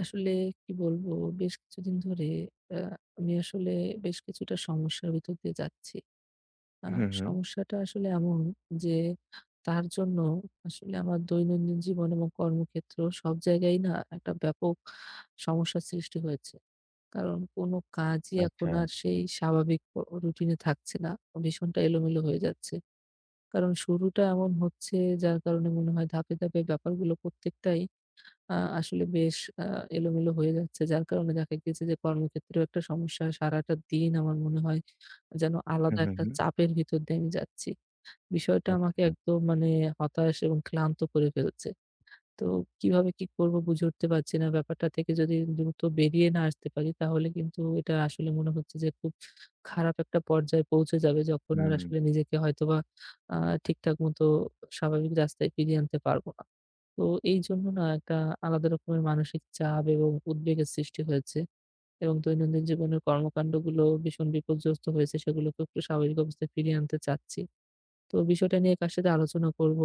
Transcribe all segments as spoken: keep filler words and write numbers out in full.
আসলে কি বলবো? বেশ কিছুদিন ধরে আ আমি আসলে বেশ কিছুটা সমস্যার ভিতর দিয়ে যাচ্ছি। আ হুম, হুম। সমস্যাটা আসলে এমন যে তার জন্য আসলে আমার দৈনন্দিন জীবন এবং কর্মক্ষেত্র সব জায়গায়ই না একটা ব্যাপক সমস্যার সৃষ্টি হয়েছে। কারণ কোনো কাজই এখন আচ্ছা। আর সেই স্বাভাবিক প রুটিনে থাকছে না। ভীষণটা এলোমেলো হয়ে যাচ্ছে। কারণ শুরুটা এমন হচ্ছে যার কারণে মনে হয় ধাপে, ধাপে ব্যাপারগুলো প্রত্যেকটাই আ আসলে বেশ আ এলোমেলো হয়ে যাচ্ছে। যার কারণে দেখা গিয়েছে যে কর্মক্ষেত্রেও একটা সমস্যা। সারাটা দিন আমার মনে হয় যেন আলাদা হুম, হুম, একটা হুম। চাপের ভিতর দিয়ে আমি যাচ্ছি। বিষয়টা আমাকে আচ্ছা। একদম মানে হতাশ এবং ক্লান্ত করে ফেলছে। তো কিভাবে কি করব বুঝে উঠতে পারছি না। ব্যাপারটা থেকে যদি দ্রুত বেরিয়ে না আসতে পারি তাহলে কিন্তু এটা আসলে মনে হচ্ছে যে খুব খারাপ একটা পর্যায়ে পৌঁছে যাবে যখন আর হুম। আসলে নিজেকে হয়তোবা আ ঠিকঠাক মতো স্বাভাবিক রাস্তায় ফিরিয়ে আনতে পারব না। তো এই জন্য না একটা আলাদা রকমের মানসিক চাপ এবং উদ্বেগের সৃষ্টি হয়েছে এবং দৈনন্দিন জীবনের কর্মকাণ্ডগুলো ভীষণ বিপর্যস্ত হয়েছে সেগুলোকে একটু স্বাভাবিক অবস্থায় ফিরিয়ে আনতে চাচ্ছি। তো বিষয়টা নিয়ে কার সাথে আলোচনা করব?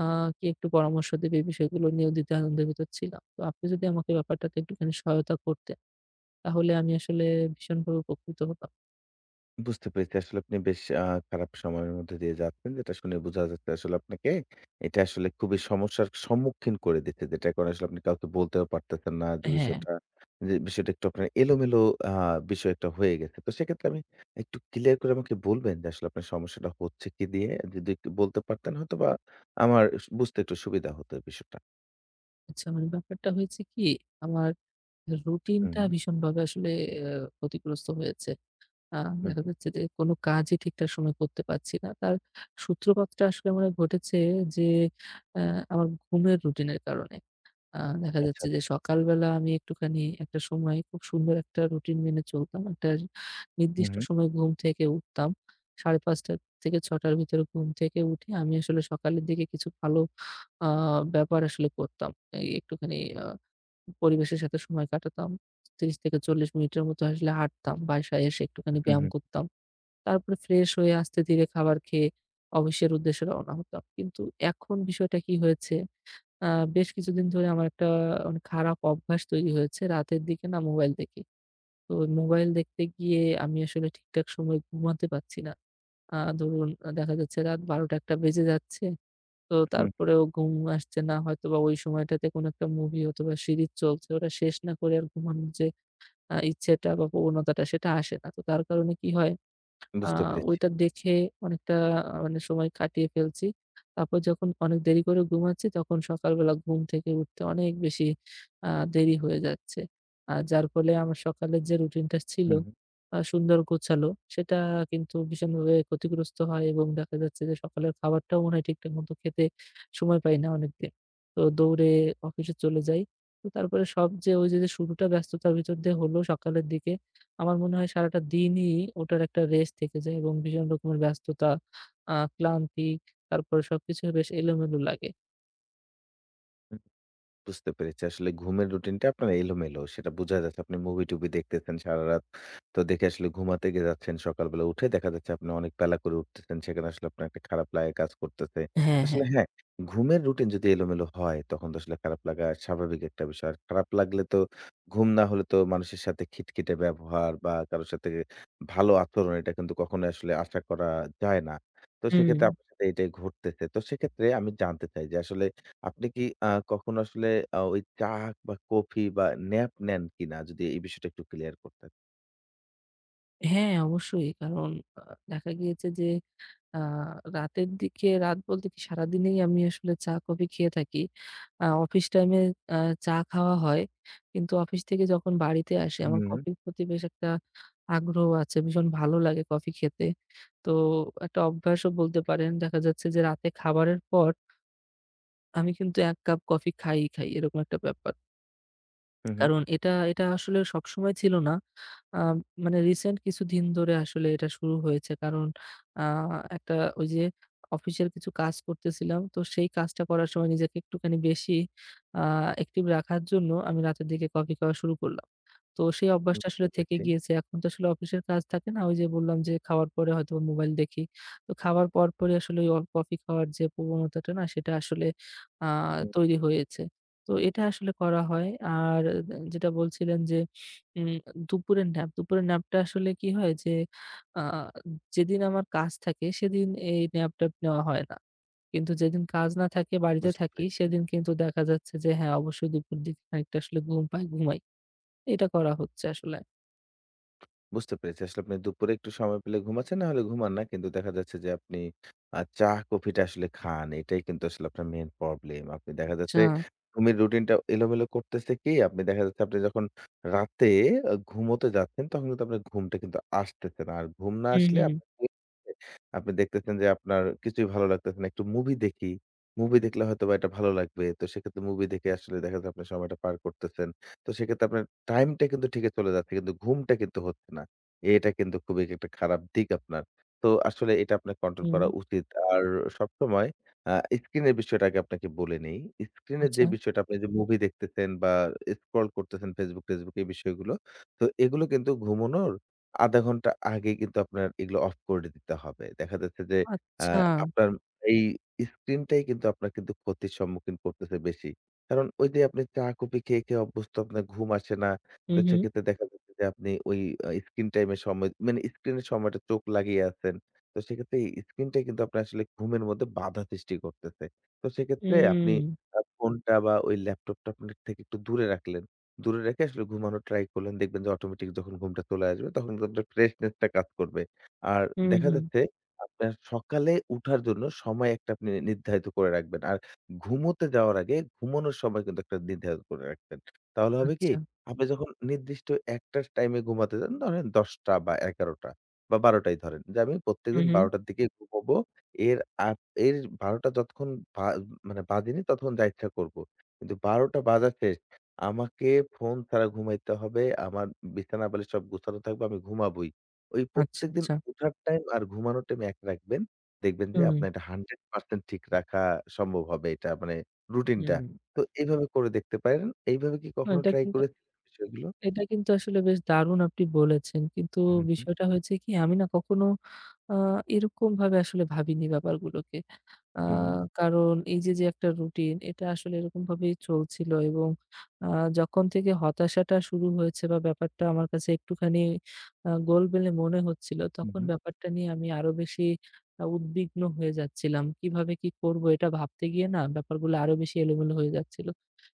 আ কে একটু পরামর্শ দেবে? এই বিষয়গুলো নিয়েও দ্বিধাদ্বন্দ্বের ভিতর ছিলাম। তো আপনি যদি আমাকে ব্যাপারটাতে একটুখানি সহায়তা করতেন, তাহলে আমি আসলে ভীষণভাবে উপকৃত হতাম। বুঝতে পেরেছি। আসলে আপনি বেশ আ খারাপ সময়ের মধ্যে দিয়ে যাচ্ছেন। যেটা শুনে বোঝা যাচ্ছে আসলে আপনাকে এটা আসলে খুবই সমস্যার সম্মুখীন করে দিচ্ছে। যেটা করে আসলে আপনি কাউকে বলতেও পারতেছেন না যে হ্যাঁ, বিষয়টা। যে বিষয়টা একটু আপনার এলোমেলো আ বিষয় একটা হয়ে গেছে। তো সেক্ষেত্রে আমি একটু ক্লিয়ার করে আমাকে বলবেন যে আসলে আপনার সমস্যাটা হচ্ছে কি দিয়ে? যদি একটু বলতে পারতেন হয়তোবা আমার স বুঝতে একটু সুবিধা হতো এই বিষয়টা। আচ্ছা মানে ব্যাপারটা হয়েছে কি? আমার হুম, রুটিনটা হুম, ভীষণভাবে আসলে অ্যা ক্ষতিগ্রস্ত হয়েছে। আ হুম, দেখা হুম। যাচ্ছে যে কোনো কাজই ঠিকঠাক সময়ে করতে পারছি না। তার সূত্রপাতটা আসলে মনে হয় ঘটেছে যে আ আমার ঘুমের রুটিনের কারণে। আ দেখা আচ্ছা, যাচ্ছে আচ্ছা। যে সকালবেলা আমি একটুখানি একটা সময় খুব সুন্দর একটা রুটিন মেনে চলতাম। একটা হুম, নির্দিষ্ট হুম, সময় ঘুম থেকে উঠতাম। সাড়ে পাঁচটা থেকে ছয়টা র ভিতরে ঘুম থেকে উঠে আমি আসলে সকালের দিকে কিছু ভালো আ ব্যাপার আসলে করতাম। এই একটুখানি আ পরিবেশের সাথে সময় কাটাতাম। ত্রিশ থেকে চল্লিশ মিনিটের মতো আসলে হাঁটতাম। বাসায় এসে একটুখানি হুম, ব্যায়াম হুম, করতাম। তারপরে ফ্রেশ হয়ে আস্তে ধীরে খাবার খেয়ে অফিসের উদ্দেশ্যে রওনা হতাম। কিন্তু এখন বিষয়টা কি হয়েছে, আ বেশ কিছুদিন ধরে আমার একটা মানে খারাপ অভ্যাস তৈরি হয়েছে। রাতের দিকে না মোবাইল দেখি। তো মোবাইল দেখতে গিয়ে আমি আসলে ঠিকঠাক সময়ে ঘুমাতে পারছি না। আ ধরুন আহ, দেখা যাচ্ছে রাত বারোটা একটা বেজে যাচ্ছে। তো হুম। তারপরেও ঘুম আসছে না। হয়তোবা ওই সময়টাতে কোনো একটা মুভি অথবা সিরিজ চলছে। ওটা শেষ না করে আর ঘুমানোর যে আ ইচ্ছেটা বা প্রবণতাটা সেটা আসে না। তো তার কারণে কি হয় আ বুঝতে পেরেছি। ওইটা দেখে অনেকটা আ মানে সময় কাটিয়ে ফেলছি। তারপর যখন অনেক দেরি করে ঘুমাচ্ছি, তখন সকালবেলা ঘুম থেকে উঠতে অনেক বেশি আ দেরি হয়ে যাচ্ছে। আ যার ফলে আমার সকালের যে রুটিনটা ছিল হুম, হুম। আ সুন্দর গোছালো, সেটা কিন্তু ভীষণভাবে ক্ষতিগ্রস্ত হয় এবং দেখা যাচ্ছে যে সকালের খাবারটাও মনে হয় ঠিকঠাক মতো খেতে সময় পাই না অনেকদিন। তো দৌড়ে অফিসে চলে যাই। তো তারপরে সব যে ওই যে, যে শুরুটা ব্যস্ততার ভিতর দিয়ে হলো সকালের দিকে আমার মনে হয় সারাটা দিনই ওটার একটা রেশ থেকে যায় এবং ভীষণ রকমের ব্যস্ততা, আ ক্লান্তি, তারপরে সবকিছু বেশ এলোমেলো লাগে। বুঝতে পেরেছি। আসলে ঘুমের রুটিনটা আপনার এলোমেলো। সেটা বোঝা যাচ্ছে। আপনি মুভি-টুভি দেখতেছেন সারারাত। তো দেখে আসলে ঘুমাতে গে যাচ্ছেন। সকালবেলা উঠে দেখা যাচ্ছে আপনি অনেক বেলা করে উঠতেছেন। সেখানে আসলে আপনার একটা খারাপ লাগা কাজ করতেছে। হ্যাঁ, আসলে হ্যাঁ। হ্যাঁ, ঘুমের রুটিন যদি এলোমেলো হয়, তখন তো আসলে খারাপ লাগা স্বাভাবিক একটা বিষয়। আর খারাপ লাগলে তো ঘুম না হলে তো মানুষের সাথে খিটখিটে ব্যবহার বা কারো সাথে ভালো আচরণ এটা কিন্তু কখনোই আসলে আশা করা যায় না। তো হুম, সেক্ষেত্রে আপনার সাথে এটাই ঘটতেছে। তো সেক্ষেত্রে আমি জানতে চাই যে আসলে আপনি কি আ কখনো আসলে আ ওই চা বা কফি বা ন্যাপ নেন কিনা? যদি এই বিষয়টা একটু ক্লিয়ার করতেন। হ্যাঁ অবশ্যই। কারণ আ দেখা গিয়েছে যে আ রাতের দিকে রাত বলতে কি সারাদিনেই আমি আসলে চা কফি খেয়ে থাকি। আ অফিস টাইমে আ চা খাওয়া হয়। কিন্তু অফিস থেকে যখন বাড়িতে আসি আমার হুম, কফির প্রতি বেশ একটা আগ্রহ আছে। ভীষণ ভালো লাগে কফি খেতে। তো একটা অভ্যাসও বলতে পারেন। দেখা যাচ্ছে যে রাতে খাবারের পর আমি কিন্তু এক কাপ কফি খাই, খাই এরকম একটা ব্যাপার। হুম, হুম। কারণ এটা এটা আসলে সবসময় ছিল না। আ মানে রিসেন্ট কিছুদিন ধরে আসলে এটা শুরু হয়েছে। কারণ আ একটা ওই যে অফিসের কিছু কাজ করতেছিলাম। তো সেই কাজটা করার সময় নিজেকে একটুখানি বেশি আ অ্যাক্টিভ রাখার জন্য আমি রাতের দিকে কফি খাওয়া শুরু করলাম। তো সেই অভ্যাসটা বুঝতে আসলে থেকে পেরেছি। গিয়েছে। এখন তো আসলে অফিসের কাজ থাকে না? ওই যে বললাম যে খাওয়ার পরে হয়তো মোবাইল দেখি। তো খাওয়ার পরপরই আসলে ওই অল কফি খাওয়ার যে প্রবণতাটা না? সেটা আসলে আ হুম, তৈরি হয়েছে। তো এটা আসলে করা হয়। আর দে যেটা বলছিলেন যে উম দুপুরের ন্যাপ, দুপুরের ন্যাপটা আসলে কি হয়? যে আ যেদিন আমার কাজ থাকে সেদিন এই ন্যাপ-ট্যাপ নেওয়া হয় না। কিন্তু যেদিন কাজ না থাকে বাড়িতে বুঝতে থাকি পেরেছি। সেদিন কিন্তু দেখা যাচ্ছে যে হ্যাঁ, অবশ্যই দুপুর দিকে খানিকটা আসলে ঘুম পাই, ঘুমাই। এটা করা হচ্ছে আসলে। বুঝতে পেরেছি। আসলে আপনি দুপুরে একটু সময় পেলে ঘুমাচ্ছেন, নাহলে ঘুমান না। কিন্তু দেখা যাচ্ছে যে আপনি আ চা, কফিটা আসলে খান। এটাই কিন্তু আসলে আপনার মেইন প্রবলেম। আপনি দেখা আচ্ছা। যাচ্ছে ঘুমের রুটিনটা এলোমেলো করতেছে কি, আপনি দেখা যাচ্ছে আপনি যখন রাতে আ ঘুমোতে যাচ্ছেন, তখন কিন্তু আপনার ঘুমটা কিন্তু আসতেছে না। আর ঘুম না হুম, আসলে হুম, আপনাকে আপনি দেখতেছেন যে আপনার কিছুই ভালো লাগতেছে না। একটু মুভি দেখি। মুভি দেখলে হয়তোবা এটা ভালো লাগবে। তো সেক্ষেত্রে মুভি দেখে আসলে দেখা যাচ্ছে আপনার সময়টা পার করতেছেন। তো সেক্ষেত্রে আপনার টাইমটা কিন্তু ঠিকই চলে যাচ্ছে, কিন্তু ঘুমটা কিন্তু হচ্ছে না। এটা কিন্তু খুবই একটা খারাপ দিক আপনার। তো আসলে এটা আপনার কন্ট্রোল হুম। করা উচিত। আর সবসময় আ স্ক্রিনের বিষয়টা আগে আপনাকে বলে নেই। স্ক্রিনের আচ্ছা, যে বিষয়টা আপনি যে মুভি দেখতেছেন বা স্ক্রল করতেছেন Facebook-টেসবুক এই বিষয়গুলো। তো এগুলো কিন্তু ঘুমানোর আধা ঘন্টা আগে কিন্তু আপনার এগুলো অফ করে দিতে হবে। দেখা যাচ্ছে যে আ আচ্ছা। আপনার এই স্ক্রিনটাই কিন্তু আপনার কিন্তু ক্ষতির সম্মুখীন করতেছে বেশি। কারণ ওই যে আপনি চা কফি খেয়ে, খেয়ে অভ্যস্ত আপনার ঘুম আসে না। হুম, তো হুম, সেক্ষেত্রে দেখা যাচ্ছে যে আপনি ওই আ স্ক্রিন টাইম এর সময় মানে স্ক্রিনের সময়টা চোখ লাগিয়ে আছেন। তো সেক্ষেত্রে স্ক্রিনটাই কিন্তু আপনার আসলে ঘুমের মধ্যে বাধা সৃষ্টি করতেছে। তো সেক্ষেত্রে আপনি হুম, আ ফোনটা বা ওই ল্যাপটপটা আপনার থেকে একটু দূরে রাখলেন। দূরে রেখে আসলে ঘুমানোর ট্রাই করলেন। দেখবেন যে অটোমেটিক যখন ঘুমটা চলে আসবে তখন কিন্তু আপনার ফ্রেশনেস টা কাজ করবে। আর হুম, দেখা হুম। যাচ্ছে আপনার সকালে উঠার জন্য সময় একটা আপনি নির্ধারিত করে রাখবেন। আর ঘুমোতে যাওয়ার আগে ঘুমানোর সময় কিন্তু একটা নির্ধারিত করে রাখবেন। তাহলে হবে কি আচ্ছা। আপনি যখন নির্দিষ্ট একটা টাইমে ঘুমাতে যান, ধরেন দশটা বা এগারোটা বা বারোটাই ধরেন যে আমি হুম, প্রত্যেকদিন হুম। বারোটার দিকে ঘুমাবো। এর আগ এর বারোটা যতক্ষণ বা মানে বাজেনি ততক্ষণ যা ইচ্ছা করব। কিন্তু বারোটা বাজা শেষ। আমাকে ফোন ছাড়া ঘুমাইতে হবে। আমার বিছানা বালিশ সব গুছানো থাকবে। আমি ঘুমাবোই। ওই আচ্ছা, প্রত্যেকদিন আচ্ছা। ওঠার টাইম আর ঘুমানোর টাইম এক রাখবেন। দেখবেন যে হুম। আপনার এটা একশ পার্সেন্ট ঠিক রাখা সম্ভব হবে এটা মানে রুটিনটা। হুম। তো এইভাবে করে দেখতে পারেন। এইভাবে কি না, কখনো এটা ট্রাই কিন্তু করে বিষয়গুলো। এটা কিন্তু আসলে বেশ দারুণ আপনি বলেছেন। কিন্তু হু, হু, বিষয়টা হয়েছে কি আমি না কখনো আ এরকমভাবে আসলে ভাবিনি ব্যাপারগুলোকে। আ হু, হু, কারণ এই যে, যে একটা রুটিন এটা আসলে এরকমভাবেই চলছিল এবং আ যখন থেকে হতাশাটা শুরু হয়েছে বা ব্যাপারটা আমার কাছে একটুখানি আ গোলমেলে মনে হচ্ছিল, তখন হু, ব্যাপারটা নিয়ে আমি আরো বেশি আ উদ্বিগ্ন হয়ে যাচ্ছিলাম। কিভাবে কি করব এটা ভাবতে গিয়ে না ব্যাপারগুলো আরো বেশি এলোমেলো হয়ে যাচ্ছিল।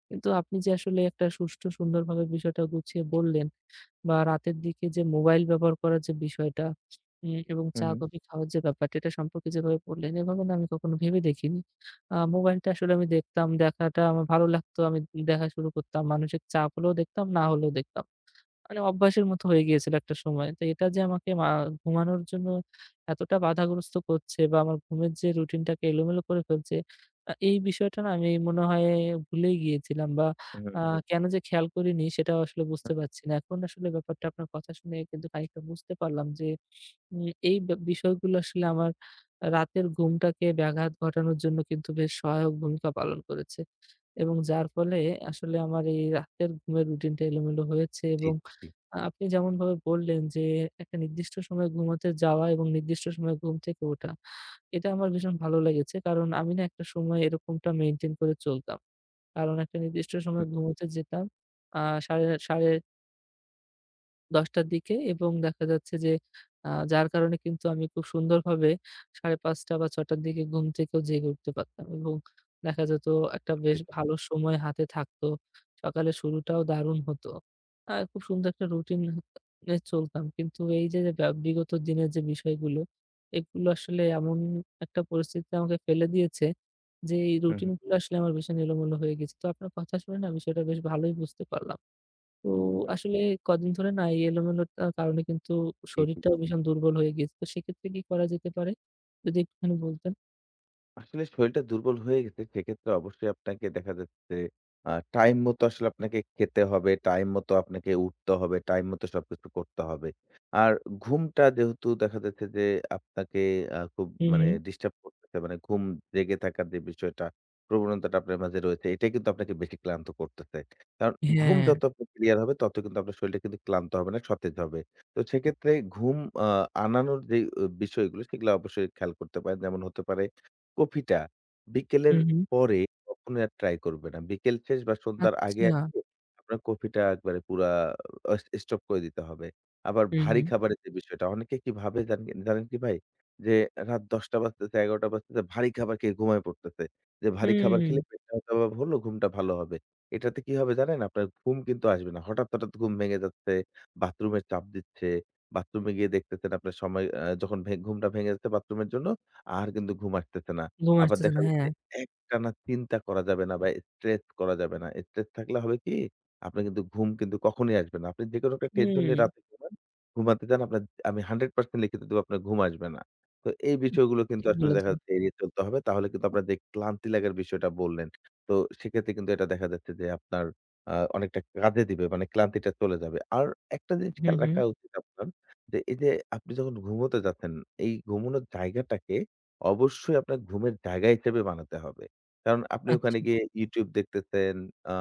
কিন্তু আপনি যে আসলে একটা সুষ্ঠু সুন্দরভাবে বিষয়টা গুছিয়ে বললেন বা রাতের দিকে যে মোবাইল ব্যবহার করার যে বিষয়টা উম, এবং হু, চা হু, কফি খাওয়ার যে ব্যাপারটা এটা সম্পর্কে যেভাবে বললেন এভাবে না আমি কখনো ভেবে দেখিনি আহ, মোবাইলটা আসলে আমি দেখতাম দেখাটা আমার ভালো লাগতো আমি দেখা শুরু করতাম মানসিক চাপ হলেও দেখতাম না হলেও দেখতাম মানে অভ্যাসের মতো হয়ে গিয়েছিল একটা সময়। তো এটা যে আমাকে মা ঘুমানোর জন্য এতটা বাধাগ্রস্ত করছে বা আমার ঘুমের যে রুটিনটাকে এলোমেলো করে ফেলছে, আ এই বিষয়টা না আমি মনে হয় ভুলেই গিয়েছিলাম বা হু, আ হুম। কেন যে খেয়াল করিনি সেটাও আসলে হু, বুঝতে পারছি না। এখন আসলে ব্যাপারটা আপনার কথা শুনে কিন্তু খানিকটা বুঝতে পারলাম যে উম এই বা বিষয়গুলো আসলে আমার রাতের ঘুমটাকে ব্যাঘাত ঘটানোর জন্য কিন্তু বেশ সহায়ক ভূমিকা পালন করেছে। এবং যার ফলে আসলে আমার এই রাতের ঘুমের রুটিনটা এলোমেলো হয়েছে জি, এবং জি, আ আপনি যেমনভাবে বললেন যে, একটা নির্দিষ্ট সময়ে ঘুমাতে যাওয়া এবং নির্দিষ্ট সময়ে ঘুম থেকে ওঠা, এটা আমার ভীষণ ভালো লেগেছে। কারণ আমি না একটা সময় এরকমটা মেইনটেইন করে চলতাম। কারণ একটা নির্দিষ্ট জি। সময়ে ঘুমোতে যেতাম। আ সাড়ে সাড়ে দশটা র দিকে এবং দেখা যাচ্ছে যে আ যার কারণে কিন্তু আমি খুব সুন্দরভাবে সাড়ে পাঁচটা বা ছয়টা র দিকে ঘুম থেকেও জেগে উঠতে পারতাম এবং দেখা যেত একটা বুঝতে বেশ পেরেছি। ভালো সময় হাতে থাকতো। সকালের শুরুটাও দারুণ হতো। আ খুব সুন্দর একটা রুটিন এ চলতাম। কিন্তু এই যে ব্যা বিগত দিনের যে বিষয়গুলো, এগুলো আসলে এমন একটা পরিস্থিতিতে আমাকে ফেলে দিয়েছে যে এই হু, হু, রুটিনগুলো আসলে আমার ভীষণ এলোমেলো হয়ে গেছে। তো আপনার কথা শুনে না বিষয়টা বেশ ভালোই বুঝতে পারলাম। তো হু, জি। আসলে কদিন ধরে না এই এলোমেলোতার কারণে কিন্তু জি। শরীরটাও ভীষণ দুর্বল হয়ে গিয়েছে। তো সেক্ষেত্রে কি করা যেতে পারে? যদি একটুখানি বলতেন। আসলে শরীরটা দুর্বল হয়ে গেছে, সেক্ষেত্রে অবশ্যই আপনাকে দেখা যাচ্ছে আ টাইম মতো আসলে আপনাকে খেতে হবে, টাইম মতো আপনাকে উঠতে হবে, টাইম মতো সবকিছু করতে হবে। আর ঘুমটা যেহেতু দেখা যাচ্ছে যে আপনাকে আ খুব হুম, মানে হুম। ডিস্টার্ব করতেছে, মানে ঘুম জেগে থাকার যে বিষয়টা, প্রবণতাটা আপনার মাঝে রয়েছে, এটাই কিন্তু আপনাকে বেশি ক্লান্ত করতেছে। কারণ ঘুম হ্যাঁ। যত আপনি ক্লিয়ার হবে, তত কিন্তু আপনার শরীরটা কিন্তু ক্লান্ত হবে না, সতেজ হবে। তো সেক্ষেত্রে ঘুম আ আনানোর যে অ বিষয়গুলো, সেগুলো অবশ্যই খেয়াল করতে পারেন। যেমন হতে পারে কফিটা বিকেলের হুম, হুম। পরে কখনোই আর ট্রাই করবে না। বিকেল শেষ বা সন্ধ্যার আগে, আচ্ছা। আগে আপনার কফিটা একবারে পুরা অ স্টপ করে দিতে হবে। আবার হুম, ভারী হুম। খাবারের যে বিষয়টা, অনেকে কি ভাবে জান জানেন কি ভাই? যে রাত দশটা বাজতেছে, এগারোটা বাজতেছে, ভারী খাবার খেয়ে ঘুমায় পড়তেছে। যে ভারী খাবার হুম। খেলে পেটটা হয়তোবা ভরল, ঘুমটা ভালো হবে। এটাতে কি হবে জানেন? আপনার ঘুম কিন্তু আসবে না। হঠাৎ, হঠাৎ ঘুম ভেঙে যাচ্ছে, বাথরুমের চাপ দিচ্ছে। বাথরুমে গিয়ে দেখতেছেন আপনার সময় আ যখন ভে ঘুমটা ভেঙে যাচ্ছে বাথরুমের জন্য, আর কিন্তু ঘুম আসতেছে না। ঘুম আবার আসতেছে না। দেখা হ্যাঁ। যাচ্ছে একটানা চিন্তা করা যাবে না বা স্ট্রেস করা যাবে না। স্ট্রেস থাকলে হবে কি? আপনার কিন্তু ঘুম কিন্তু কখনোই আসবে না। আপনি যেকোনো একটা টেনশন হুম। নিয়ে রাতে ঘুমান, ঘুমাতে যান আপনার আমি একশ পার্সেন্ট লিখিত দেব আপনার ঘুম আসবে না। তো এই বিষয়গুলো কিন্তু ঠিক আসলে দেখা বলেছেন। যাচ্ছে এড়িয়ে চলতে হবে। তাহলে কিন্তু আপনার যে ক্লান্তি লাগার বিষয়টা বললেন, তো সেক্ষেত্রে কিন্তু এটা দেখা যাচ্ছে যে আপনার আ অনেকটা কাজে দিবে। মানে ক্লান্তিটা চলে যাবে। আর একটা জিনিস হুম, খেয়াল হুম। রাখা উচিত আপনার যে এই যে আপনি যখন ঘুমোতে যাচ্ছেন, এই ঘুমানোর জায়গাটাকে অবশ্যই আপনার ঘুমের জায়গা হিসেবে বানাতে হবে। কারণ আপনি আচ্ছা, ওখানে গিয়ে YouTube দেখতেছেন, আ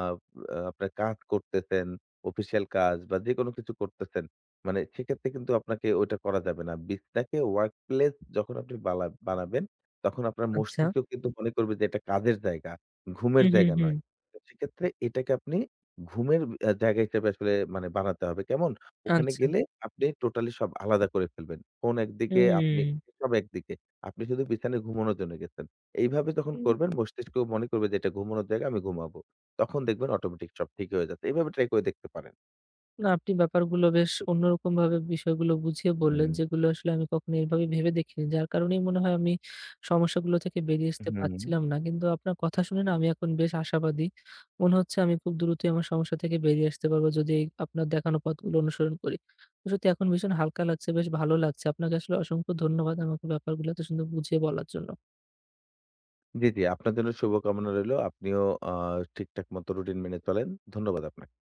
আ আপনার কাজ করতেছেন, অফিসিয়াল কাজ বা যেকোনো কিছু করতেছেন। মানে সেক্ষেত্রে কিন্তু আপনাকে ওইটা করা যাবে না। বিছনাকে ওয়ার্ক প্লেস যখন আপনি বালা বানাবেন, তখন আপনার আচ্ছা। মস্তিষ্ক কিন্তু মনে করবে যে এটা কাজের জায়গা, ঘুমের হুম, হুম, জায়গা হুম। নয়। তো সেক্ষেত্রে এটাকে আপনি ঘুমের আ জায়গা হিসেবে আসলে মানে বানাতে হবে। কেমন? ওখানে আচ্ছা। গেলে আপনি টোটালি সব আলাদা করে ফেলবেন। ফোন একদিকে, আপনি হুম। সব একদিকে। আপনি শুধু বিছানে ঘুমানোর জন্য গেছেন। এইভাবে যখন করবেন মস্তিষ্ক মনে করবে যে এটা ঘুমানোর জায়গা আমি ঘুমাবো। তখন দেখবেন অটোমেটিক সব ঠিক হয়ে যাচ্ছে। এভাবে ট্রাই করে দেখতে পারেন। না, আপনি ব্যাপারগুলো বেশ অন্যরকমভাবে বিষয়গুলো বুঝিয়ে বললেন, হুম, যেগুলো আসলে আমি কখনো এভাবে ভেবে দেখিনি। যার কারণেই মনে হয় আমি সমস্যাগুলো থেকে বেরিয়ে আসতে হুম। পারছিলাম না। কিন্তু আপনার কথা শুনে না আমি এখন বেশ আশাবাদী। মনে হচ্ছে আমি খুব দ্রুতই আমার সমস্যা থেকে বেরিয়ে আসতে পারবো যদি এই আপনার দেখানো পথগুলো অনুসরণ করি। তো সত্যি এখন ভীষণ হালকা লাগছে, বেশ ভালো লাগছে। আপনাকে আসলে অসংখ্য ধন্যবাদ আমাকে ব্যাপারগুলো এত সুন্দর বুঝিয়ে বলার জন্য। জি, জি। আপনার জন্য শুভকামনা রইলো। আপনিও আ ঠিকঠাক মতো রুটিন মেনে চলেন। ধন্যবাদ আপনাকে।